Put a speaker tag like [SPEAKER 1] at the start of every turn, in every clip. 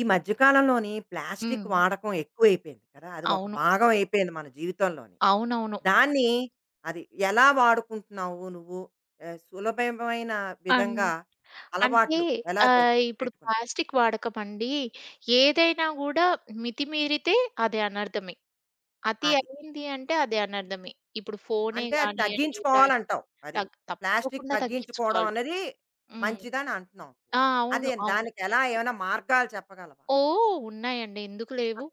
[SPEAKER 1] ఈ మధ్య కాలంలోని ప్లాస్టిక్
[SPEAKER 2] హ్మ్.
[SPEAKER 1] వాడకం ఎక్కువైపోయింది కదా! అది ఒక
[SPEAKER 2] అవును.
[SPEAKER 1] భాగం అయిపోయింది మన జీవితంలోని.
[SPEAKER 2] అవునవును.
[SPEAKER 1] దాన్ని అది ఎలా వాడుకుంటున్నావు నువ్వు? సులభమైన
[SPEAKER 2] అన్
[SPEAKER 1] విధంగా
[SPEAKER 2] అంటే
[SPEAKER 1] అలవాట్లు ఎలా
[SPEAKER 2] ఇప్పుడు
[SPEAKER 1] పెట్టుకున్నావు?
[SPEAKER 2] ప్లాస్టిక్ వాడకం అండి, ఏదైనా గూడా మితిమీరితే అది అనర్థమే. అతి
[SPEAKER 1] అది.
[SPEAKER 2] అయింది అంటే అది అనర్థమే. ఇప్పుడు ఫోనే
[SPEAKER 1] అంటే అది
[SPEAKER 2] గానియండి, ప్లాస్టిక్
[SPEAKER 1] తగ్గించుకోవాలంటావు. అది. ప్లాస్టిక్
[SPEAKER 2] తప్పకుండా
[SPEAKER 1] తగ్గించుకోవడం
[SPEAKER 2] తగ్గించుకోవాలి.
[SPEAKER 1] అన్నది
[SPEAKER 2] హ్మ్.
[SPEAKER 1] మంచిదని అంటున్నావు.
[SPEAKER 2] ఆ!
[SPEAKER 1] అదే
[SPEAKER 2] అవును. అవును.
[SPEAKER 1] దానికి ఎలా ఏమైనా మార్గాలు చెప్పగలవా?
[SPEAKER 2] ఓహ్! ఉన్నాయండి. ఎందుకు లేవు?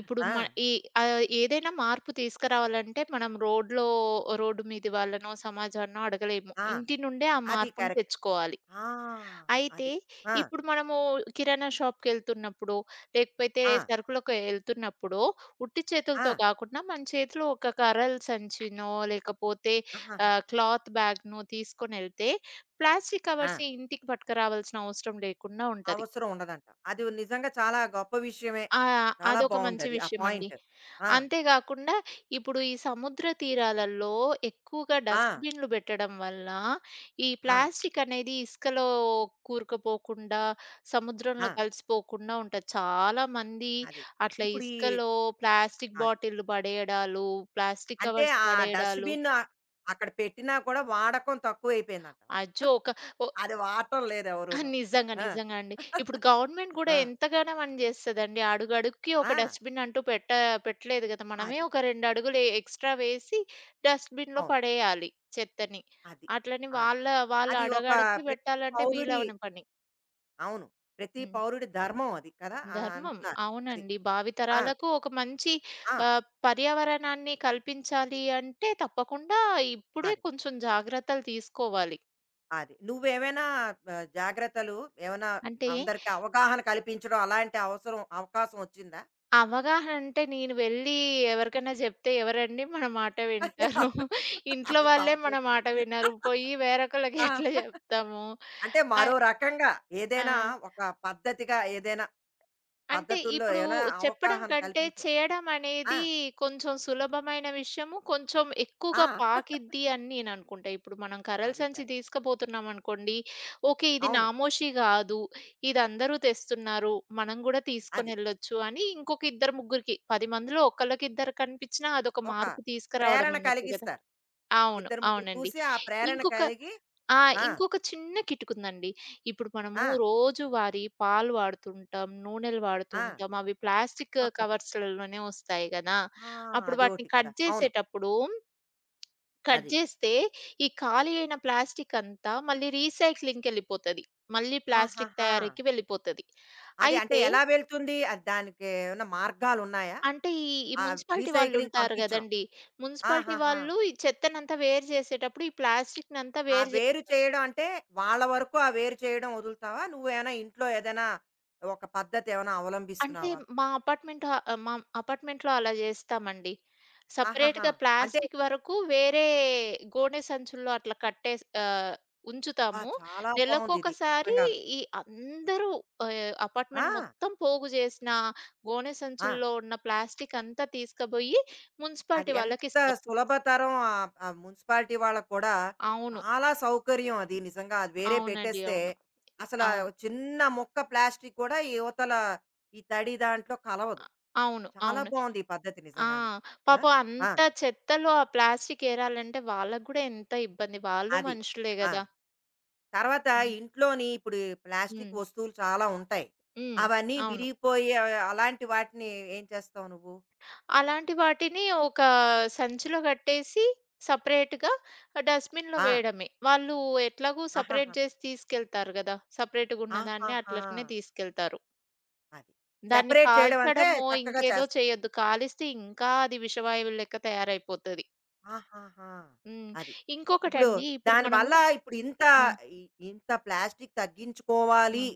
[SPEAKER 2] ఇప్పుడు
[SPEAKER 1] ఆ!
[SPEAKER 2] మ ఈ ఏదైనా మార్పు తీసుకురావాలంటే మనం రోడ్డు మీది వాళ్ళనో, సమాజాన్నో అడగలేము.
[SPEAKER 1] ఆ!
[SPEAKER 2] ఇంటి నుండే ఆ
[SPEAKER 1] అది
[SPEAKER 2] మార్పుని
[SPEAKER 1] కరెక్ట్.
[SPEAKER 2] తెచ్చుకోవాలి.
[SPEAKER 1] ఆ!
[SPEAKER 2] అయితే
[SPEAKER 1] అది. ఆ!
[SPEAKER 2] ఇప్పుడు మనము కిరాణా షాప్‌కెళ్తున్నప్పుడు, లేకపోతే
[SPEAKER 1] ఆ!
[SPEAKER 2] సరుకులకు ఎళ్తున్నప్పుడు, ఉట్టి
[SPEAKER 1] ఆ!
[SPEAKER 2] చేతులతో కాకుండా మన చేతిలో ఒక కర్రల సంచినో, లేకపోతే
[SPEAKER 1] ఆహాహా!
[SPEAKER 2] క్లాత్ బ్యాగ్‌నో తీసుకొనెళ్తే ప్లాస్టిక్
[SPEAKER 1] ఆ!
[SPEAKER 2] కవర్స్ ఇంటికి పట్టుకురావాల్సిన అవసరం లేకుండా ఉంటది.
[SPEAKER 1] అవసరం ఉండదంట. అది నిజంగా చాలా గొప్ప విషయమే.
[SPEAKER 2] ఆ!
[SPEAKER 1] చాలా
[SPEAKER 2] అదొక మంచి
[SPEAKER 1] బావుందది. ఆ
[SPEAKER 2] విషయమండి.
[SPEAKER 1] పాయింట్. ఆ!
[SPEAKER 2] అంతే గాకుండా ఇప్పుడు ఈ సముద్ర తీరాలలో ఎక్కువగా
[SPEAKER 1] ఆ!
[SPEAKER 2] డస్ట్‌బిన్‌లు బెట్టడం వల్ల, ఈ
[SPEAKER 1] ఆ!
[SPEAKER 2] ప్లాస్టిక్ అనేది ఇసుకలో కూరుకుపోకుండా,
[SPEAKER 1] ఆ!
[SPEAKER 2] సముద్రంలో కలిసిపోకుండా ఉంటది. చాలామంది
[SPEAKER 1] అది.
[SPEAKER 2] అట్లా
[SPEAKER 1] ఇప్పుడు ఈ
[SPEAKER 2] ఇసుకలో ప్లాస్టిక్
[SPEAKER 1] అది.
[SPEAKER 2] బాటిల్‌లు పడేయడాలు, ప్లాస్టిక్
[SPEAKER 1] అంటే
[SPEAKER 2] కవర్స్
[SPEAKER 1] ఆ
[SPEAKER 2] పడేయడాలు
[SPEAKER 1] డస్ట్‌బిన్ అక్కడ పెట్టినా కూడా వాడకం తక్కువైపోయిందంటావా?
[SPEAKER 2] అజ్జో! ఒక ఒ
[SPEAKER 1] అది వాడటం
[SPEAKER 2] ఆ!
[SPEAKER 1] లేదెవరూను.
[SPEAKER 2] నిజంగా.
[SPEAKER 1] ఆ!
[SPEAKER 2] నిజంగా అండి. ఇప్పుడు గవర్నమెంట్ గూడా
[SPEAKER 1] ఆ!
[SPEAKER 2] ఎంతగానో మనం జేస్తదండి. అడుగడుగుకి
[SPEAKER 1] ఆ!
[SPEAKER 2] ఒక డస్ట్‌బిన్ అంటూ పెట్టలేదు గదా! మనమే
[SPEAKER 1] అది.
[SPEAKER 2] ఒక 2 అడుగులు ఎక్స్‌ట్రా వేసి డస్ట్‌బిన్‌లో
[SPEAKER 1] అవును.
[SPEAKER 2] పడేయాలి చెత్తని.
[SPEAKER 1] అది.
[SPEAKER 2] అట్లని
[SPEAKER 1] ఆ!
[SPEAKER 2] వాళ్ళ వాళ్ళ
[SPEAKER 1] అది ఒక
[SPEAKER 2] అడుగడుగుకి
[SPEAKER 1] ప్రతి
[SPEAKER 2] బెట్టాలంటే
[SPEAKER 1] పౌరుడి
[SPEAKER 2] వీలవని పని.
[SPEAKER 1] అవును. ప్రతి
[SPEAKER 2] హ్మ్.
[SPEAKER 1] పౌరుడి ధర్మం అది కదా! అని
[SPEAKER 2] ధర్మం.
[SPEAKER 1] అంటున్నారు. అది.
[SPEAKER 2] అవునండి.
[SPEAKER 1] ఆ!
[SPEAKER 2] భావితరాలకు ఒక మంచి
[SPEAKER 1] ఆ!
[SPEAKER 2] పర్యావరణాన్ని కల్పించాలి అంటే తప్పకుండా ఇప్పుడే
[SPEAKER 1] అది.
[SPEAKER 2] కొంచెం జాగ్రత్తలు తీసుకోవాలి.
[SPEAKER 1] అది. నువ్వేమైనా జాగ్రత్తలు ఏమైనా
[SPEAKER 2] అంటే
[SPEAKER 1] అందరికి అవగాహన కల్పించడం అలాంటి అవసరం అవకాశం వచ్చిందా?
[SPEAKER 2] అవగాహన అంటే నేను వెళ్ళి ఎవరికైనా జెప్తే ఎవరండి మన మాట వింటారు? ఇంట్లో
[SPEAKER 1] అది బా
[SPEAKER 2] వాళ్ళే మన
[SPEAKER 1] చెప్పావు.
[SPEAKER 2] మాట వినరు. పోయి వేరొకళ్ళకి ఎట్లా
[SPEAKER 1] ఆ!
[SPEAKER 2] జెప్తాము?
[SPEAKER 1] అంటే మరో
[SPEAKER 2] ఆహ్,
[SPEAKER 1] రకంగా
[SPEAKER 2] ఆ!
[SPEAKER 1] ఏదైనా ఒక పద్ధతిగా ఏదైనా
[SPEAKER 2] అంటే
[SPEAKER 1] పద్ధతుల్లో
[SPEAKER 2] ఇప్పుడు
[SPEAKER 1] ఏమైనా
[SPEAKER 2] చెప్పడం
[SPEAKER 1] అవగాహన
[SPEAKER 2] కంటే
[SPEAKER 1] కల్పించే
[SPEAKER 2] చేయడం
[SPEAKER 1] ఆ!
[SPEAKER 2] అనేది కొంచెం సులభమైన విషయము. కొంచెం ఎక్కువగా
[SPEAKER 1] ఆ!
[SPEAKER 2] పాకిద్ది అని నేననుకుంటా. ఇప్పుడు మనం కర్రల
[SPEAKER 1] అది
[SPEAKER 2] సంచి
[SPEAKER 1] కరెక్ట్.
[SPEAKER 2] తీసుకుపోతున్నాం అనుకోండి, ఓకే. ఇది
[SPEAKER 1] అవును.
[SPEAKER 2] నామోషీ కాదు. ఇది అందరూ తెస్తున్నారు. మనం కూడా
[SPEAKER 1] అది.
[SPEAKER 2] తీసుకొనెళ్ళొచ్చు అని ఇంకొక ఇద్దరు, ముగ్గురికి 10 మందిలో ఒకళ్ళకి ఇద్దరికి కనిపించినా అదొక
[SPEAKER 1] ఒక
[SPEAKER 2] మార్పు తీసుకురావడం
[SPEAKER 1] ప్రేరణ
[SPEAKER 2] అన్నట్టు కదా!
[SPEAKER 1] కలిగిస్తారు.
[SPEAKER 2] అవును.
[SPEAKER 1] ఇద్దరు ముగ్గురు
[SPEAKER 2] అవునండి.
[SPEAKER 1] చూసి ఆ ప్రేరణ
[SPEAKER 2] ఇంకొక
[SPEAKER 1] కలిగి
[SPEAKER 2] ఆ!
[SPEAKER 1] ఆ!
[SPEAKER 2] ఇంకొక చిన్న కిటుకుందండి. ఇప్పుడు మనము
[SPEAKER 1] ఆ!
[SPEAKER 2] రోజువారీ పాలు వాడుతుంటాం, నూనెలు
[SPEAKER 1] ఆ!
[SPEAKER 2] వాడుతుంటాం. అవి ప్లాస్టిక్ కవర్స్‌లలోనే వస్తాయి గదా!
[SPEAKER 1] ఆ!
[SPEAKER 2] అప్పుడు వాటిని
[SPEAKER 1] అదోటి కదా!
[SPEAKER 2] కట్
[SPEAKER 1] అవును.
[SPEAKER 2] జేసేటప్పుడు, కట్
[SPEAKER 1] అది.
[SPEAKER 2] జేస్తే ఈ ఖాళీ అయిన ప్లాస్టిక్ అంతా మళ్ళీ రీసైక్లింగ్‌కెళ్ళిపోతది. మళ్ళీ ప్లాస్టిక్
[SPEAKER 1] ఆహాహా!
[SPEAKER 2] తయారీకి వెళ్ళిపోతది.
[SPEAKER 1] అది అంటే
[SPEAKER 2] అయితే
[SPEAKER 1] ఎలా వెళ్తుంది? అది దానికి ఏమన్నా మార్గాలున్నాయా?
[SPEAKER 2] అంటే ఈ ఈ
[SPEAKER 1] ఆ
[SPEAKER 2] మున్సిపాలిటీ
[SPEAKER 1] రీసైక్లింగ్
[SPEAKER 2] వాళ్ళుంటారు
[SPEAKER 1] పంపించడం.
[SPEAKER 2] గదండీ! మున్సిపాలిటీ
[SPEAKER 1] ఆహాహా!
[SPEAKER 2] వాళ్ళు ఈ చెత్తనంతా వేరు జేసేటప్పుడు ఈ ప్లాస్టిక్‌నంతా
[SPEAKER 1] ఆ
[SPEAKER 2] వేరు
[SPEAKER 1] వేరు చేయడం అంటే వాళ్ళ వరకు ఆ వేరు చేయడం వదులుతావా? నువ్వేమైనా ఇంట్లో ఏదైనా ఒక పద్ధతి ఏమైనా
[SPEAKER 2] అంటే
[SPEAKER 1] అవలంబిస్తున్నావా?
[SPEAKER 2] మా అపార్ట్‌మెంట్‌లో అలా జేస్తామండి.
[SPEAKER 1] ఆహాహా!
[SPEAKER 2] సెపరేట్‌గా
[SPEAKER 1] అంటే
[SPEAKER 2] ప్లాస్టిక్ వరకు వేరే గోనె సంచుల్లో అట్లా కట్టేసి
[SPEAKER 1] అబ్బా!
[SPEAKER 2] ఉంచుతాము.
[SPEAKER 1] చాలా బావుందిది.
[SPEAKER 2] నెలకొకసారి
[SPEAKER 1] నిజంగాను.
[SPEAKER 2] ఈ అందరూ
[SPEAKER 1] ఆ!
[SPEAKER 2] అపార్ట్‌మెంట్ మొత్తం పోగు జేసిన గోనె
[SPEAKER 1] ఆ!
[SPEAKER 2] సంచుల్లో ఉన్న ప్లాస్టిక్ అంతా తీసుకుబోయి
[SPEAKER 1] అది
[SPEAKER 2] మున్సిపాలిటీ
[SPEAKER 1] ఎంత
[SPEAKER 2] వాళ్ళకిస్తాం.
[SPEAKER 1] సులభతరం ఆ మున్సిపాలిటీ వాళ్ళకి కూడా
[SPEAKER 2] అవును.
[SPEAKER 1] చాలా సౌకర్యం అది నిజంగా. అది వేరే
[SPEAKER 2] అవునండి.
[SPEAKER 1] పెట్టేస్తే
[SPEAKER 2] అవును.
[SPEAKER 1] అసలా
[SPEAKER 2] అవును.
[SPEAKER 1] చిన్న ముక్క ప్లాస్టిక్ కూడా ఈ యువతల ఈ తడి దాంట్లో కలవదు.
[SPEAKER 2] అ అవును.
[SPEAKER 1] చాలా
[SPEAKER 2] అవునండి.
[SPEAKER 1] బాగుంది ఈ పద్ధతి
[SPEAKER 2] ఆ!
[SPEAKER 1] నిజంగాను. ఆ!
[SPEAKER 2] పాపం
[SPEAKER 1] ఆ!
[SPEAKER 2] అంత చెత్తలో ఆ ప్లాస్టిక్ ఏరాలంటే వాళ్ళకి గూడా ఎంత ఇబ్బంది. వాళ్ళు
[SPEAKER 1] అది.
[SPEAKER 2] మనుషులే
[SPEAKER 1] ఆ!
[SPEAKER 2] గదా!
[SPEAKER 1] తర్వాత
[SPEAKER 2] హ్మ్.
[SPEAKER 1] ఇంట్లోని ఇప్పుడు ప్లాస్టిక్
[SPEAKER 2] హ్మ్.
[SPEAKER 1] వస్తువులు చాలా ఉంటాయి.
[SPEAKER 2] హ్మ్.
[SPEAKER 1] అవన్నీ
[SPEAKER 2] అవును.
[SPEAKER 1] విరిగిపోయి అలాంటి వాటిని ఏం చేస్తావు నువ్వు?
[SPEAKER 2] అలాంటి వాటిని ఒక సంచిలో కట్టేసి సెపరేట్‌గా డస్ట్‌బిన్‌లో
[SPEAKER 1] ఆ!
[SPEAKER 2] వేయడమే. వాళ్ళు ఎట్లాగో సెపరేట్
[SPEAKER 1] ఆహాహా!
[SPEAKER 2] చేసి తీసుకెళ్తారు గదా! సెపరేట్‌గా ఉన్నదాన్ని
[SPEAKER 1] ఆహాహా!
[SPEAKER 2] అట్లనే తీసుకెళ్తారు.
[SPEAKER 1] అది.
[SPEAKER 2] దాన్ని
[SPEAKER 1] సెపరేట్ చేయడం అంటే
[SPEAKER 2] కాల్చడమో,
[SPEAKER 1] చక్కగా
[SPEAKER 2] ఇంకేదో
[SPEAKER 1] చేస్తావు.
[SPEAKER 2] చేయొద్దు. కాలిస్తే ఇంకా అది విషవాయువు లెక్క తయారైపోతది.
[SPEAKER 1] ఆహాహా!
[SPEAKER 2] హ్మ్.
[SPEAKER 1] అది. ఇప్పుడు
[SPEAKER 2] ఇంకొకటండి ఇప్పుడు మనము
[SPEAKER 1] దానివల్ల ఇప్పుడు ఇంత
[SPEAKER 2] హ్మ్.
[SPEAKER 1] ఇ ఇంత ప్లాస్టిక్ తగ్గించుకోవాలి
[SPEAKER 2] హ్మ్.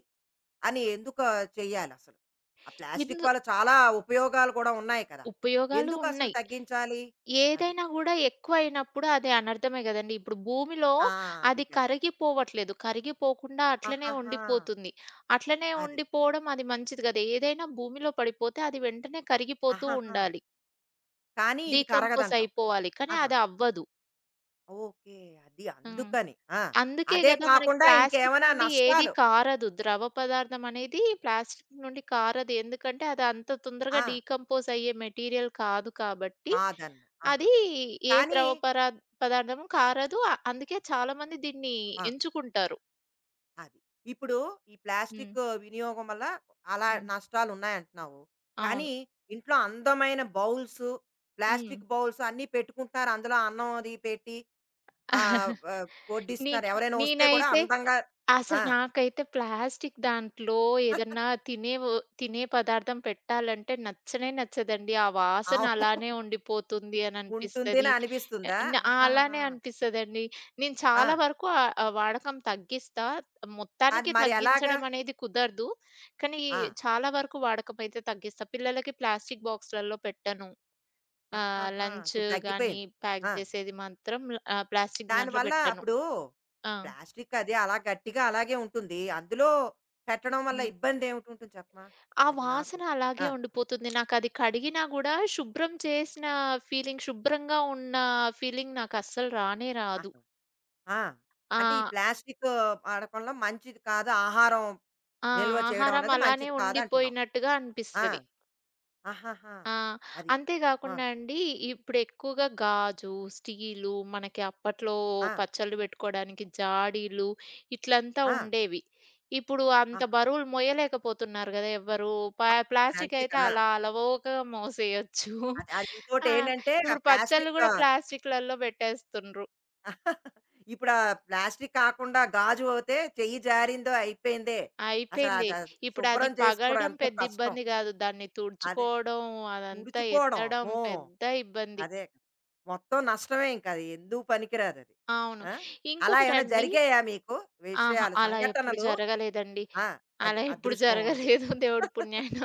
[SPEAKER 1] అని ఎందుకు చెయ్యాలసలు? ఆ
[SPEAKER 2] ఇందు
[SPEAKER 1] ప్లాస్టిక్ వల్ల చాలా ఉపయోగాలు కూడా ఉన్నాయి కదా!
[SPEAKER 2] ఉపయోగాలు
[SPEAKER 1] ఎందుకసలు
[SPEAKER 2] ఉన్నాయి.
[SPEAKER 1] తగ్గించాలి? అది.
[SPEAKER 2] ఏదైనా గూడా ఎక్కువయినప్పుడు అది అనర్థమే గదండీ! ఇప్పుడు భూమిలో
[SPEAKER 1] ఆ! అది
[SPEAKER 2] అది
[SPEAKER 1] కరెక్ట్.
[SPEAKER 2] కరిగిపోవట్లేదు. కరిగిపోకుండా అట్లనే
[SPEAKER 1] ఆహాహా!
[SPEAKER 2] ఉండిపోతుంది. అట్లనే
[SPEAKER 1] అది.
[SPEAKER 2] ఉండిపోవడం అది మంచిది గాదు. ఏదైనా భూమిలో పడిపోతే అది వెంటనే కరిగిపోతూ
[SPEAKER 1] ఆహాహా!
[SPEAKER 2] ఉండాలి.
[SPEAKER 1] కానీ ఇది
[SPEAKER 2] డీకంపోజ్
[SPEAKER 1] కరగదంటావు.
[SPEAKER 2] అయిపోవాలి. కానీ
[SPEAKER 1] ఆహా!
[SPEAKER 2] అది అవ్వదు.
[SPEAKER 1] ఓకే. అది
[SPEAKER 2] హ్మ్.
[SPEAKER 1] అందుకని. ఆ!
[SPEAKER 2] అందుకే
[SPEAKER 1] అదే
[SPEAKER 2] గదా! మనకి
[SPEAKER 1] కాకుండా
[SPEAKER 2] ప్లాస్టిక్
[SPEAKER 1] ఇంకేమైనా
[SPEAKER 2] నుండి ఏది
[SPEAKER 1] నష్టాలు
[SPEAKER 2] కారదు. ద్రవ పదార్థం అనేది ప్లాస్టిక్ నుండి కారదు. ఎందుకంటే అది అంత తొందరగా
[SPEAKER 1] ఆ!
[SPEAKER 2] డీకంపోజ్ అయ్యే మెటీరియల్ కాదు కాబట్టి,
[SPEAKER 1] కాదనమాట. ఆహాహా!
[SPEAKER 2] అది ఏ
[SPEAKER 1] కానీ
[SPEAKER 2] ద్రవ పరా పదార్థము కారదు. అందుకే చాలామంది దీన్ని
[SPEAKER 1] ఆ!
[SPEAKER 2] ఎంచుకుంటారు.
[SPEAKER 1] అది. ఇప్పుడు ఈ
[SPEAKER 2] హ్మ్.
[SPEAKER 1] ప్లాస్టిక్ వినియోగం వల్ల అలా
[SPEAKER 2] హ్మ్.
[SPEAKER 1] నష్టాలున్నాయంటున్నావు.
[SPEAKER 2] అవును.
[SPEAKER 1] కానీ ఇంట్లో అందమైన బౌల్స్,
[SPEAKER 2] హ్మ్.
[SPEAKER 1] ప్లాస్టిక్ బౌల్స్ అన్నీ పెట్టుకుంటున్నారు. అందులో అన్నం అది పెట్టి
[SPEAKER 2] నే
[SPEAKER 1] ఆహ్, ఆహ్, వడ్డిస్తున్నారు. ఎవరైనా వస్తే కూడా
[SPEAKER 2] నేనైతే
[SPEAKER 1] అందంగా
[SPEAKER 2] అసలు
[SPEAKER 1] ఆ!
[SPEAKER 2] నాకైతే ప్లాస్టిక్ దాంట్లో ఏదన్నా తినే వ తినే పదార్థం పెట్టాలంటే నచ్చనే నచ్చదండి. ఆ వాసన
[SPEAKER 1] అవును.
[SPEAKER 2] అలానే ఉండిపోతుంది అని అనిపిస్తది.
[SPEAKER 1] ఉంటుందని
[SPEAKER 2] ఆహ్,
[SPEAKER 1] అనిపిస్తుందా?
[SPEAKER 2] న అలానే
[SPEAKER 1] ఆహాహా!
[SPEAKER 2] అనిపిస్తదండి. నేను
[SPEAKER 1] ఆ!
[SPEAKER 2] చాలా వరకు ఆ వాడకం తగ్గిస్తా.
[SPEAKER 1] అది
[SPEAKER 2] మొత్తానికి
[SPEAKER 1] మరి ఎలాగా?
[SPEAKER 2] తగ్గించడం అనేది కుదరదు. కానీ
[SPEAKER 1] ఆ!
[SPEAKER 2] చాలా వరకు వాడకం అయితే తగ్గిస్తా. పిల్లలకి ప్లాస్టిక్ బాక్స్‌లలో పెట్టను.
[SPEAKER 1] ఆహాహా!
[SPEAKER 2] లంచ్
[SPEAKER 1] ఇప్పుడు
[SPEAKER 2] గాని
[SPEAKER 1] తగ్గిపోయింది.
[SPEAKER 2] ప్యాక్
[SPEAKER 1] ఆ!
[SPEAKER 2] చేసేది మాత్రం ప్లాస్టిక్ దాంట్లో
[SPEAKER 1] దానివల్ల
[SPEAKER 2] పెట్టను.
[SPEAKER 1] అప్పుడు
[SPEAKER 2] ఆ!
[SPEAKER 1] ప్లాస్టిక్ అది అలా గట్టిగా అలాగే ఉంటుంది. అందులో పెట్టడం వల్ల
[SPEAKER 2] హ్మ్.
[SPEAKER 1] ఇబ్బంది ఏమిటి ఉంటుంది చెప్పమా?
[SPEAKER 2] ఆ
[SPEAKER 1] అది నాకు
[SPEAKER 2] వాసన
[SPEAKER 1] ఆ!
[SPEAKER 2] అలాగే ఉండిపోతుంది. నాకది కడిగినా గూడా శుభ్రం చేసిన ఫీలింగ్, శుభ్రంగా ఉన్న ఫీలింగ్ నాకస్సలు రానే రాదు.
[SPEAKER 1] ఆహా! ఆ!
[SPEAKER 2] ఆ!
[SPEAKER 1] అంటే ఈ ప్లాస్టిక్ వాడకంలో మంచిది కాదు. ఆహారం
[SPEAKER 2] ఆ
[SPEAKER 1] నిల్వ చేయడం
[SPEAKER 2] ఆహారం
[SPEAKER 1] అనేది
[SPEAKER 2] అలానే
[SPEAKER 1] మంచిది కాదంటున్నావు.
[SPEAKER 2] ఉండిపోయినట్టుగా
[SPEAKER 1] ఆ!
[SPEAKER 2] అనిపిస్తది.
[SPEAKER 1] ఆహాహా!
[SPEAKER 2] ఆ!
[SPEAKER 1] అది.
[SPEAKER 2] అంతే
[SPEAKER 1] ఆ!
[SPEAKER 2] గాకుండా అండి, ఇప్పుడెక్కువగా గాజు, స్టీలు, మనకి అప్పట్లో
[SPEAKER 1] ఆ!
[SPEAKER 2] పచ్చళ్ళు పెట్టుకోడానికి జాడీలు, ఇట్లంతా
[SPEAKER 1] ఆ!
[SPEAKER 2] ఉండేవి. ఇప్పుడు అంత
[SPEAKER 1] ఆహా!
[SPEAKER 2] బరువులు మోయలేకపోతున్నారు గదా! ఎవ్వరు.
[SPEAKER 1] మరంతే
[SPEAKER 2] ప్లాస్టికయితే
[SPEAKER 1] కదా!
[SPEAKER 2] అలా అలవోకగా మోసేయొచ్చు.
[SPEAKER 1] అది అది
[SPEAKER 2] ఆ!
[SPEAKER 1] ఇంకోటేంటంటే ఆ
[SPEAKER 2] ఇప్పుడు పచ్చళ్ళు
[SPEAKER 1] ప్లాస్టిక్
[SPEAKER 2] గూడా ప్లాస్టికులల్లో పెట్టేస్తుండ్రు.
[SPEAKER 1] ఇప్పుడు ఆ ప్లాస్టిక్ కాకుండా గాజు అవుతే చెయ్యి జారిందో అయిపోయిందే. అసలు
[SPEAKER 2] అయిపోయింది.
[SPEAKER 1] అది అది
[SPEAKER 2] ఇప్పుడది
[SPEAKER 1] శుభ్రం చేసుకోవడం
[SPEAKER 2] పగలడం
[SPEAKER 1] ఎంతో
[SPEAKER 2] పెద్ద
[SPEAKER 1] కష్టం.
[SPEAKER 2] ఇబ్బంది గాదు. దాన్ని
[SPEAKER 1] అదే
[SPEAKER 2] తుడుచుకోవడం, అదంతా
[SPEAKER 1] తుడుచుకోవడం
[SPEAKER 2] ఎత్తడం
[SPEAKER 1] అమ్మో!
[SPEAKER 2] పెద్ద ఇబ్బంది.
[SPEAKER 1] అదే. మొత్తం నష్టమే ఇంక అది ఎందుకు పనికిరాదది.
[SPEAKER 2] అవును.
[SPEAKER 1] ఆ! అలా ఏమైనా
[SPEAKER 2] ఇంకొకటండి
[SPEAKER 1] జరిగాయా మీకు
[SPEAKER 2] ఆహా!
[SPEAKER 1] విషయాలు,
[SPEAKER 2] అలా ఎప్పుడు
[SPEAKER 1] సంఘటనలు?
[SPEAKER 2] జరగలేదండి.
[SPEAKER 1] ఆ! అదే
[SPEAKER 2] అలా ఎప్పుడు
[SPEAKER 1] అదృష్టం ఉంది.
[SPEAKER 2] జరగలేదు. దేవుడి పుణ్యాన.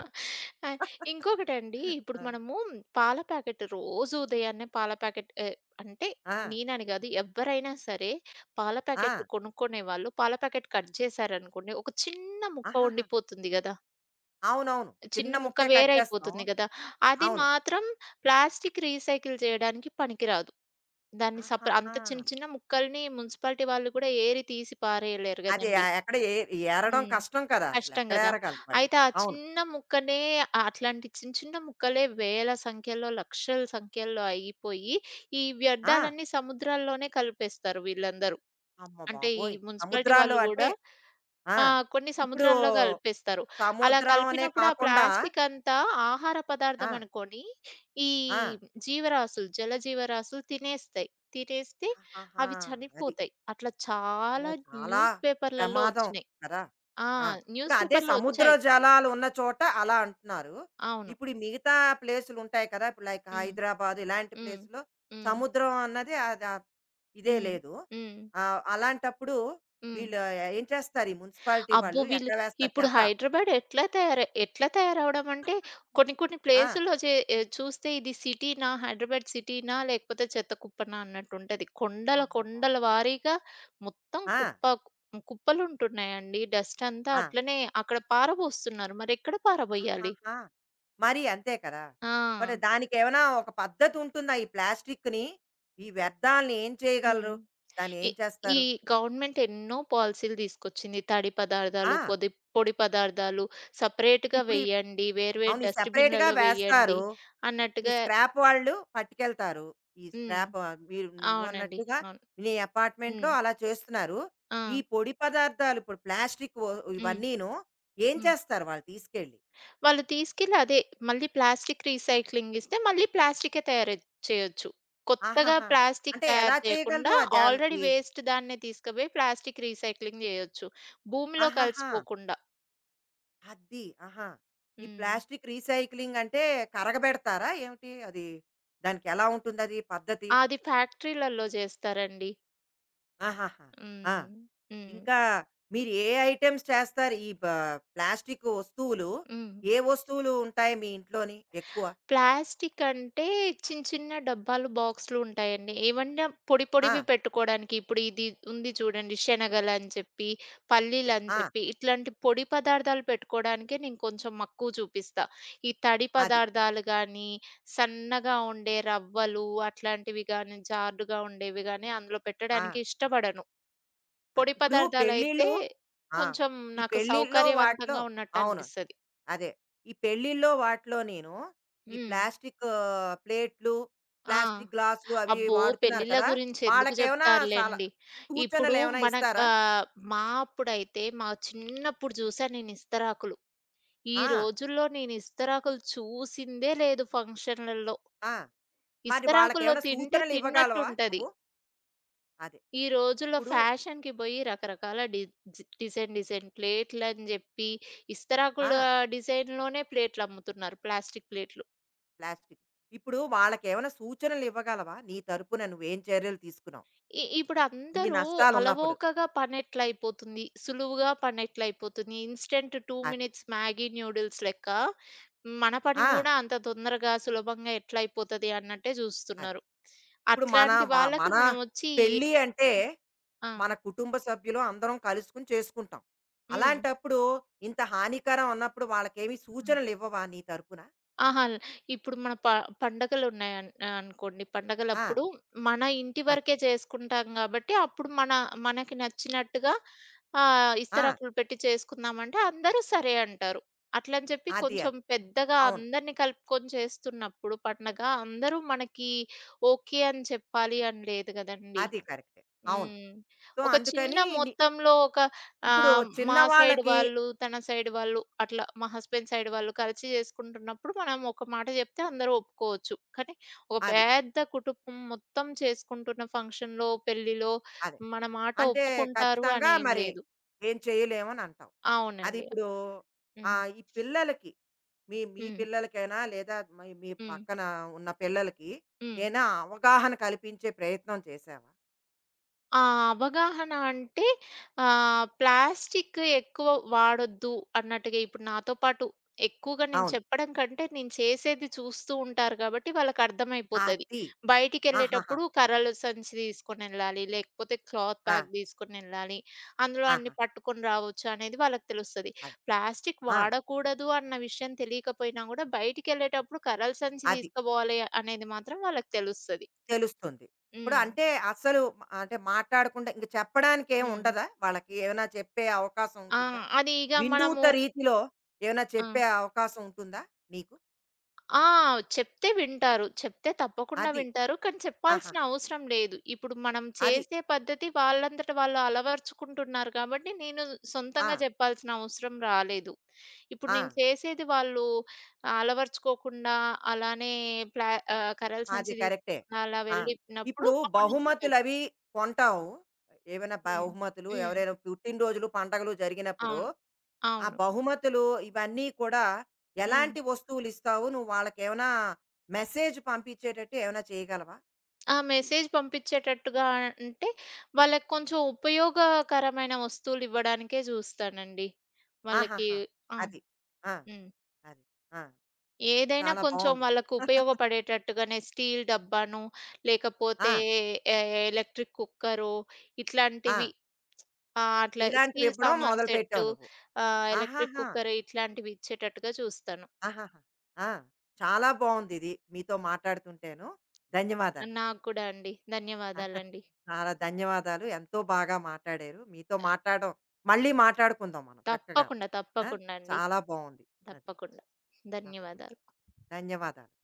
[SPEAKER 2] ఆ! ఇంకొకటండి, ఇప్పుడు
[SPEAKER 1] ఆ!
[SPEAKER 2] మనము పాల ప్యాకెట్ రోజు ఉదయాన్నే పాల ప్యాకెట్ ఎ అంటే
[SPEAKER 1] ఆ!
[SPEAKER 2] నేనని గాదు, ఎవ్వరైనా సరే పాల
[SPEAKER 1] ఆ!
[SPEAKER 2] ప్యాకెట్లు కొనుక్కునేవాళ్ళు పాల ప్యాకెట్ కట్ చేశారనుకోండి, ఒక చిన్న ముక్క
[SPEAKER 1] ఆహాహా!
[SPEAKER 2] ఉండిపోతుంది గదా!
[SPEAKER 1] అవునవును. చిన్న
[SPEAKER 2] చిన్న ముక్క
[SPEAKER 1] ముక్కే కట్ చేస్తాం.
[SPEAKER 2] వేరైపోతుంది గదా! అది
[SPEAKER 1] అవును.
[SPEAKER 2] మాత్రం ప్లాస్టిక్ రీసైకిల్ చేయడానికి పనికిరాదు. దాన్ని అంత
[SPEAKER 1] ఆహాహా!
[SPEAKER 2] చిన్న చిన్న ముక్కల్ని మున్సిపాలిటీ వాళ్ళు కూడా ఏరి తీసి పారేయలేరు
[SPEAKER 1] అది
[SPEAKER 2] గదండీ!
[SPEAKER 1] ఎక్కడ ఏరడం
[SPEAKER 2] హ్మ్.
[SPEAKER 1] కష్టం కదా! అసలు
[SPEAKER 2] కష్టం
[SPEAKER 1] ఎక్కడ
[SPEAKER 2] గదా!
[SPEAKER 1] ఏరగలరు వాళ్ళు.
[SPEAKER 2] అయితే ఆ
[SPEAKER 1] అవును.
[SPEAKER 2] చిన్న ముక్కనే ఆ అట్లాంటి చిన్న చిన్న ముక్కలే వేల సంఖ్యలో, లక్షల సంఖ్యలో అయిపోయి, ఈ
[SPEAKER 1] ఆ!
[SPEAKER 2] వ్యర్థాలన్నీ సముద్రాల్లోనే కలిపేస్తారు వీళ్ళందరూ.
[SPEAKER 1] అమ్మ
[SPEAKER 2] అంటే ఈ
[SPEAKER 1] బాబోయ్!
[SPEAKER 2] మున్సిపాలిటీ
[SPEAKER 1] సముద్రాల్లో
[SPEAKER 2] వాళ్ళు
[SPEAKER 1] అంటే
[SPEAKER 2] గూడా
[SPEAKER 1] ఆ!
[SPEAKER 2] ఆ! కొన్ని
[SPEAKER 1] ఇప్పుడు
[SPEAKER 2] సముద్రంలో కలిపేస్తారు. అలా
[SPEAKER 1] సముద్రం అనే
[SPEAKER 2] కలిపినప్పుడు ఆ
[SPEAKER 1] కాకుండా
[SPEAKER 2] ప్లాస్టిక్ అంతా ఆహార
[SPEAKER 1] ఆ!
[SPEAKER 2] పదార్థం అనుకోని, ఈ
[SPEAKER 1] ఆ!
[SPEAKER 2] జీవరాసులు, జల జీవరాసులు తినేస్తాయి. తినేస్తే
[SPEAKER 1] ఆహాహా!
[SPEAKER 2] అవి
[SPEAKER 1] అది.
[SPEAKER 2] చనిపోతాయి. అట్లా
[SPEAKER 1] అమ్మో!
[SPEAKER 2] చాలా
[SPEAKER 1] చాలా
[SPEAKER 2] న్యూస్ పేపర్‌లలో
[SPEAKER 1] ప్రమాదం
[SPEAKER 2] వచ్చినాయి.
[SPEAKER 1] కదా!
[SPEAKER 2] ఆ!
[SPEAKER 1] ఆ! ఇప్పుడు
[SPEAKER 2] న్యూస్
[SPEAKER 1] అదే
[SPEAKER 2] పేపర్‌లో
[SPEAKER 1] సముద్ర
[SPEAKER 2] వచ్చాయి.
[SPEAKER 1] జలాలు ఉన్న చోట అలా అంటున్నారు.
[SPEAKER 2] అవును.
[SPEAKER 1] ఇప్పుడు ఈ మిగతా ప్లేసులుంటాయి కదా! ఇప్పుడు లైక్
[SPEAKER 2] హ్మ్.
[SPEAKER 1] హైదరాబాద్ ఇలాంటి
[SPEAKER 2] హ్మ్.
[SPEAKER 1] ప్లేస్‌లో
[SPEAKER 2] హ్మ్.
[SPEAKER 1] సముద్రం అన్నది అది ఇదే
[SPEAKER 2] హ్మ్.
[SPEAKER 1] లేదు.
[SPEAKER 2] హ్మ్.
[SPEAKER 1] అలాంటప్పుడు
[SPEAKER 2] హ్మ్.
[SPEAKER 1] వీళ్ళు ఏం చేస్తారు? ఈ మున్సిపాలిటీ
[SPEAKER 2] అబ్బో!
[SPEAKER 1] వాళ్ళు
[SPEAKER 2] వీళ్ళు
[SPEAKER 1] ఎక్కడ వేస్తారు
[SPEAKER 2] ఇప్పుడు
[SPEAKER 1] చెత్త?
[SPEAKER 2] హైదరాబాద్ ఎట్లా తయారవ్వడం అంటే కొన్ని కొన్ని
[SPEAKER 1] ఆ!
[SPEAKER 2] ప్లేసుల్లో చే ఎ చూస్తే ఇది సిటీనా? హైదరాబాద్ సిటీనా? లేకపోతే చెత్త కుప్పనా? అన్నట్టుంటది. కొండల
[SPEAKER 1] అమ్మ
[SPEAKER 2] కొండల
[SPEAKER 1] బాబోయ్!
[SPEAKER 2] వారీగా మొత్తం
[SPEAKER 1] ఆ!
[SPEAKER 2] కుప్పలుంటున్నాయండి. డస్ట్ అంతా
[SPEAKER 1] ఆ!
[SPEAKER 2] అట్లనే అక్కడ పారబోస్తున్నారు. మరెక్కడ పారబోయాలి?
[SPEAKER 1] ఆహాహా! మరి అంతే కదా! మరి
[SPEAKER 2] ఆ!
[SPEAKER 1] దానికేమైనా ఒక పద్ధతి ఉంటుందా? ఈ ప్లాస్టిక్‌ని, ఈ వ్యర్థాలని ఏం
[SPEAKER 2] హ్మ్.
[SPEAKER 1] చేయగలరు? దాన్ని
[SPEAKER 2] ఈ
[SPEAKER 1] ఏం
[SPEAKER 2] ఈ
[SPEAKER 1] చేస్తారు?
[SPEAKER 2] గవర్నమెంట్ ఎన్నో పాలిసీలు తీసుకొచ్చింది. తడి
[SPEAKER 1] ఆ!
[SPEAKER 2] పదార్థాలు, పొడి పదార్థాలు సెపరేట్‌గా
[SPEAKER 1] ఇప్పుడు ఈ
[SPEAKER 2] వెయ్యండి. వేరు వేరు
[SPEAKER 1] అవును. ఈ సెపరేట్‌గా
[SPEAKER 2] డస్ట్‌బిన్‌లలో వెయ్యండి
[SPEAKER 1] వేస్తారు. ఈ
[SPEAKER 2] అన్నట్టుగా
[SPEAKER 1] స్క్రాప్ వాళ్ళు పట్టుకెళ్తారు. ఈ
[SPEAKER 2] హ్మ్.
[SPEAKER 1] స్క్రాప్ మీరు
[SPEAKER 2] అవునండి.
[SPEAKER 1] నువ్వన్నట్టుగా
[SPEAKER 2] అవును.
[SPEAKER 1] నీ అపార్ట్‌మెంట్‌లో
[SPEAKER 2] హ్మ్.
[SPEAKER 1] అలా చేస్తున్నారు. ఈ
[SPEAKER 2] ఆ!
[SPEAKER 1] పొడి పదార్థాలు ఇప్పుడు ప్లాస్టిక్
[SPEAKER 2] హ్మ్.
[SPEAKER 1] ఇవన్నీను ఏం
[SPEAKER 2] హ్మ్.
[SPEAKER 1] చేస్తారు వాళ్ళు తీసుకెళ్ళి?
[SPEAKER 2] వాళ్ళు తీసుకెళ్ళి అదే మళ్ళీ ప్లాస్టిక్ రీసైక్లింగ్ ఇస్తే మళ్ళీ ప్లాస్టికే తయారు చేయొచ్చు. కొత్తగా
[SPEAKER 1] ఆహాహా!
[SPEAKER 2] ప్లాస్టిక్
[SPEAKER 1] అంటే ఎలా
[SPEAKER 2] తయారు
[SPEAKER 1] చేయగలరు?
[SPEAKER 2] చేయకుండా ఆల్రెడీ
[SPEAKER 1] దానికి
[SPEAKER 2] వేస్ట్ దాన్నే తీసుకుపోయి ప్లాస్టిక్ రీసైక్లింగ్ చేయొచ్చు. భూమిలో
[SPEAKER 1] ఆహాహా!
[SPEAKER 2] కలిసిపోకుండా.
[SPEAKER 1] అద్ది. ఆహా! ఈ
[SPEAKER 2] హ్మ్.
[SPEAKER 1] ప్లాస్టిక్ రీసైక్లింగ్ అంటే కరగబెడతారా ఏమిటి? అది దానికెలా ఉంటుందది పద్ధతి?
[SPEAKER 2] అది ఫ్యాక్టరీలలో చేస్తారండి.
[SPEAKER 1] ఆహాహా! ఆ!
[SPEAKER 2] హ్మ్. హ్మ్.
[SPEAKER 1] ఇంకా మీరు ఏ ఐటెమ్స్ చేస్తారు? ఈ ప్లాస్టిక్ వస్తువులు
[SPEAKER 2] హ్మ్.
[SPEAKER 1] ఏ వస్తువులు ఉంటాయి మీ ఇంట్లోని ఎక్కువ?
[SPEAKER 2] ప్లాస్టిక్ అంటే చిన్న చిన్న డబ్బాలు, బాక్సులు ఉంటాయండి. ఏవన్నా
[SPEAKER 1] ఆ!
[SPEAKER 2] పొడివి పెట్టుకోవడానికి ఇప్పుడు ఇది ఉంది చూడండి శనగలని చెప్పి, పల్లీలని
[SPEAKER 1] ఆ!
[SPEAKER 2] చెప్పి ఇట్లాంటి పొడి పదార్థాలు పెట్టుకోవడానికే నేను కొంచెం మక్కువ చూపిస్తా. ఈ తడి
[SPEAKER 1] అది.
[SPEAKER 2] పదార్థాలు గానీ, సన్నగా ఉండే రవ్వలు అట్లాంటివి గానీ, జారుడుగా ఉండేవి గానీ అందులో పెట్టడానికి
[SPEAKER 1] ఆ!
[SPEAKER 2] ఇష్టపడను.
[SPEAKER 1] అది.
[SPEAKER 2] పొడి
[SPEAKER 1] ఇప్పుడు
[SPEAKER 2] పదార్థాలైతే
[SPEAKER 1] పెళ్ళిళ్ళు ఆ!
[SPEAKER 2] కొంచెం
[SPEAKER 1] ఈ
[SPEAKER 2] నాకు
[SPEAKER 1] పెళ్ళిళ్ళలో వాటిలో
[SPEAKER 2] సౌకర్యవంతంగా ఉన్నట్టు
[SPEAKER 1] అవును.
[SPEAKER 2] అనిపిస్తది.
[SPEAKER 1] అదే. ఈ పెళ్ళిల్లో వాటిలో నేను ఈ
[SPEAKER 2] హ్మ్.
[SPEAKER 1] ప్లాస్టిక్ ఆ, ప్లేట్లు,
[SPEAKER 2] ఆ!
[SPEAKER 1] ప్లాస్టిక్ గ్లాసులు అవి
[SPEAKER 2] అబ్బో!
[SPEAKER 1] వాడుతున్నారు
[SPEAKER 2] పెళ్ళిళ్ళ
[SPEAKER 1] కదా!
[SPEAKER 2] గురించి ఎందుకు
[SPEAKER 1] వాళ్ళకేమైనా సల
[SPEAKER 2] జెప్తారులెండి. ఇప్పుడు
[SPEAKER 1] సూచనలేమైనా
[SPEAKER 2] మన
[SPEAKER 1] ఇస్తారా?
[SPEAKER 2] ఆహ్, మా అప్పుడైతే మా చిన్నప్పుడు జూసా నేను ఇస్తరాకులు. ఈ
[SPEAKER 1] ఆ!
[SPEAKER 2] రోజుల్లో నేను ఇస్తరాకులు చూసిందే లేదు ఫంక్షన్‌లలో.
[SPEAKER 1] ఆ! మరి
[SPEAKER 2] ఇస్తరాకుల్లో
[SPEAKER 1] వాళ్ళకేమైనా
[SPEAKER 2] తింటే
[SPEAKER 1] సూచనలు ఇవ్వగలవా
[SPEAKER 2] తిన్నట్టుంటది.
[SPEAKER 1] నువ్వు? అదే.
[SPEAKER 2] ఈ రోజుల్లో
[SPEAKER 1] ఇప్పుడు
[SPEAKER 2] ఫ్యాషన్‌కి బోయి రకరకాల డి జి డిజైన్ డిజైన్ ప్లేట్లని జెప్పి
[SPEAKER 1] ఆ!
[SPEAKER 2] ఇస్తరాకుల డిజైన్‌లోనే ప్లేట్లమ్ముతున్నారు. ప్లాస్టిక్ ప్లేట్లు.
[SPEAKER 1] ప్లాస్టిక్. ఇప్పుడు వాళ్ళకేమైనా సూచనలు ఇవ్వగలవా? నీ తరపున నువ్వేం చర్యలు తీసుకున్నావు? ఇన్ని
[SPEAKER 2] ఇప్పుడందరూ
[SPEAKER 1] నష్టాలున్నప్పుడు.
[SPEAKER 2] అలవోకగా పనెట్లయిపోతుంది. సులువుగా పనెట్లయిపోతుంది. ఇన్‌స్టంట్ 2
[SPEAKER 1] అది.
[SPEAKER 2] మినిట్స్ మ్యాగీ నూడిల్స్ లెక్క మన పని
[SPEAKER 1] ఆ!
[SPEAKER 2] గూడా అంత తొందరగా, సులభంగా ఎట్లయిపోతది అన్నట్టే
[SPEAKER 1] అది.
[SPEAKER 2] జూస్తున్నారు.
[SPEAKER 1] ఇప్పుడు
[SPEAKER 2] అట్లాంటి వాళ్ళకి
[SPEAKER 1] మన
[SPEAKER 2] మనమొచ్చి
[SPEAKER 1] పెళ్ళి అంటే
[SPEAKER 2] ఆ!
[SPEAKER 1] మన కుటుంబ సభ్యులు అందరం కలుసుకుని చేసుకుంటాం.
[SPEAKER 2] హ్మ్.
[SPEAKER 1] అలాంటప్పుడు ఇంత హానికరం అన్నప్పుడు వాళ్ళకేమి సూచనలు ఇవ్వవా నీ తరపున?
[SPEAKER 2] ఆహా! ఇప్పుడు మన ప పండగలున్నాయన్ అనుకోండి.
[SPEAKER 1] ఆ!
[SPEAKER 2] పండగలప్పుడు ఇంటి వరకే చేసుకుంటాం గాబట్టి, అప్పుడు మనకి నచ్చినట్టుగా
[SPEAKER 1] ఆ!
[SPEAKER 2] ఇస్తరాకులు పెట్టి చేసుకుందామంటే అందరూ సరే అంటారు. అట్లని చెప్పి
[SPEAKER 1] అది
[SPEAKER 2] కొంచెం
[SPEAKER 1] అది.
[SPEAKER 2] పెద్దగా
[SPEAKER 1] అవును.
[SPEAKER 2] అందరిని కలుపుకొని చేస్తున్నప్పుడు పండగ అందరూ మనకి ఓకే అని చెప్పాలి అని లేదు గదండీ!
[SPEAKER 1] అది కరెక్టే. అవును.
[SPEAKER 2] హ్మ్.
[SPEAKER 1] సో,
[SPEAKER 2] ఒక చిన్న
[SPEAKER 1] అందుకని
[SPEAKER 2] మొత్తంలో ఒక
[SPEAKER 1] ఇప్పుడు
[SPEAKER 2] ఆహ్, మా సైడ్
[SPEAKER 1] చిన్నవాళ్ళకి
[SPEAKER 2] వాళ్ళు, తన సైడ్ వాళ్ళు అట్లా మా హస్బెండ్ సైడ్ వాళ్ళు కలిసి చేసుకుంటున్నప్పుడు మనం ఒక మాట చెప్తే అందరూ ఒప్పుకోవచ్చు. కానీ ఒక
[SPEAKER 1] అది.
[SPEAKER 2] పెద్ద కుటుంబం మొత్తం చేసుకుంటున్న ఫంక్షన్‌లో, పెళ్ళిలో
[SPEAKER 1] అదే.
[SPEAKER 2] మన మాట
[SPEAKER 1] అంటే
[SPEAKER 2] ఒప్పుకుంటారు
[SPEAKER 1] ఖచ్చితంగా
[SPEAKER 2] అని ఏం
[SPEAKER 1] మరి
[SPEAKER 2] లేదు.
[SPEAKER 1] ఏం చేయలేమని అంటావు. అది
[SPEAKER 2] అవునండి.
[SPEAKER 1] ఇప్పుడు
[SPEAKER 2] హ్మ్.
[SPEAKER 1] ఈ పిల్లలకి మీ మీ
[SPEAKER 2] హ్మ్.
[SPEAKER 1] పిల్లలకైనా లేదా మీ మీ
[SPEAKER 2] హ్మ్.
[SPEAKER 1] పక్కన ఉన్న పిల్లలకి
[SPEAKER 2] హ్మ్.
[SPEAKER 1] ఏనా అవగాహన కల్పించే ప్రయత్నం చేశావా?
[SPEAKER 2] ఆ! అవగాహన అంటే ప్లాస్టిక్ ఎక్కువ వాడొద్దు అన్నట్టుగా ఇప్పుడు నాతో పాటు ఎక్కువగా నేను
[SPEAKER 1] అవును.
[SPEAKER 2] చెప్పడం కంటే నేను చేసేది చూస్తూ ఉంటారు కాబట్టి వాళ్ళకర్థమైపోతది.
[SPEAKER 1] అది. ఆహాహా!
[SPEAKER 2] బయటికెళ్ళేటప్పుడు కర్రలు సంచి తీసుకొనెళ్ళాలి, లేకపోతే క్లాత్
[SPEAKER 1] ఆ!
[SPEAKER 2] బ్యాగ్ తీసుకొనెళ్ళాలి, అందులో అన్ని
[SPEAKER 1] ఆహా!
[SPEAKER 2] పట్టుకొని రావచ్చు అనేది వాళ్ళకి తెలుస్తది.
[SPEAKER 1] అది.
[SPEAKER 2] ప్లాస్టిక్
[SPEAKER 1] ఆ!
[SPEAKER 2] వాడకూడదు అన్న విషయం తెలియకపోయినా గూడా బయటికెళ్ళేటప్పుడు కర్రల సంచి
[SPEAKER 1] అది.
[SPEAKER 2] తీసుకుపోవాలి అనేది మాత్రం వాళ్ళకి తెలుస్తది.
[SPEAKER 1] తెలుస్తుంది. ఇప్పుడు
[SPEAKER 2] హ్మ్.
[SPEAKER 1] అంటే అసలు అంటే మాట్లాడకుండా ఇంక చెప్పడానికి ఏమి
[SPEAKER 2] హ్మ్.
[SPEAKER 1] ఉండదా? వాళ్ళకి ఏమైనా చెప్పే అవకాశం
[SPEAKER 2] ఆ!
[SPEAKER 1] ఉంటుందా?
[SPEAKER 2] అది ఇగ
[SPEAKER 1] వినూత
[SPEAKER 2] మనము
[SPEAKER 1] రీతిలో ఏమైనా
[SPEAKER 2] ఆ!
[SPEAKER 1] చెప్పే అవకాశం ఉంటుందా నీకు?
[SPEAKER 2] ఆ! చెప్తే వింటారు. చెప్తే తప్పకుండా
[SPEAKER 1] అది.
[SPEAKER 2] వింటారు. కానీ చెప్పాల్సిన
[SPEAKER 1] ఆహాహా!
[SPEAKER 2] అవసరం లేదు. ఇప్పుడు మనం
[SPEAKER 1] అది.
[SPEAKER 2] చేసే పద్ధతి వాళ్ళంతట వాళ్ళు అలవరుచుకుంటున్నారు కాబట్టి, నేను
[SPEAKER 1] ఆ!
[SPEAKER 2] సొంతంగా చెప్పాల్సిన అవసరం రాలేదు. ఇప్పుడు
[SPEAKER 1] ఆ!
[SPEAKER 2] నేను చేసేది వాళ్ళు అలవరుచుకోకుండా అలానే ప్లా కర్రల సంచి
[SPEAKER 1] అది కరెక్టే.
[SPEAKER 2] తీసుకుండా అలా
[SPEAKER 1] ఆ!
[SPEAKER 2] వెళ్ళినప్పుడు
[SPEAKER 1] ఇప్పుడు
[SPEAKER 2] అప్పుడు నేను చెప్పాల్సి
[SPEAKER 1] బహుమతులవి కొంటావు. ఏమైనా
[SPEAKER 2] హ్మ్.
[SPEAKER 1] బహుమతులు
[SPEAKER 2] హ్మ్.
[SPEAKER 1] ఎవరైనా పుట్టినరోజులు, పండగలు జరిగినప్పుడు
[SPEAKER 2] అవును.
[SPEAKER 1] ఆ
[SPEAKER 2] అవును.
[SPEAKER 1] బహుమతులు ఇవన్నీ కూడా
[SPEAKER 2] హ్మ్.
[SPEAKER 1] ఎలాంటి వస్తువులు ఇస్తావు నువ్వు? వాళ్ళకేమైనా మెసేజ్ పంపించేటట్టు ఏమైనా చేయగలవా?
[SPEAKER 2] ఆ! మెసేజ్ పంపించేటట్టుగా అంటే, వాళ్ళకి కొంచెం ఉపయోగకరమైన వస్తువులివ్వడానికే జూస్తానండి. వాళ్ళకి
[SPEAKER 1] ఆహాహా!
[SPEAKER 2] ఆ!
[SPEAKER 1] అది. ఆ!
[SPEAKER 2] హ్మ్.
[SPEAKER 1] అది. ఆ!
[SPEAKER 2] ఏదైనా
[SPEAKER 1] చాలా
[SPEAKER 2] కొంచెం
[SPEAKER 1] బావుంది.
[SPEAKER 2] వాళ్ళకు ఉపయోగపడేటట్టుగానే స్టీల్ డబ్బానో,
[SPEAKER 1] ఆ!
[SPEAKER 2] లేకపోతే ఎ ఎలక్ట్రిక్ కుక్కరో
[SPEAKER 1] ఆ!
[SPEAKER 2] ఇట్లాంటివి ఆ! అట్లా
[SPEAKER 1] ఇలాంటివి
[SPEAKER 2] స్టీల్
[SPEAKER 1] ఇవ్వడం
[SPEAKER 2] సామాను
[SPEAKER 1] మొదలుపెట్టావు
[SPEAKER 2] సెట్టు,
[SPEAKER 1] నువ్వు.
[SPEAKER 2] ఎలక్ట్రిక్
[SPEAKER 1] ఆహాహా!
[SPEAKER 2] కుక్కర్ ఇట్లాంటివి ఇచ్చేటట్టుగా చూస్తాను.
[SPEAKER 1] ఆహాహా! ఆ! చాలా బావుందిది. మీతో మాట్లాడుతుంటేను. ధన్యవాదాలండి.
[SPEAKER 2] నాకు కూడా అండి. ధన్యవాదాలండి.
[SPEAKER 1] చాలా ధన్యవాదాలు. ఎంతో బాగా మాట్లాడారు. మీతో మాట్లాడడం మళ్ళీ మాట్లాడుకుందాం మనం చక్కగాను.
[SPEAKER 2] తప్పకుండా,
[SPEAKER 1] ఆ!
[SPEAKER 2] తప్పకుండా అండి.
[SPEAKER 1] చాలా బావుంది. అది.
[SPEAKER 2] తప్పకుండా.
[SPEAKER 1] తప్పకుండా.
[SPEAKER 2] ధన్యవాదాలు.
[SPEAKER 1] ధన్యవాదాలు.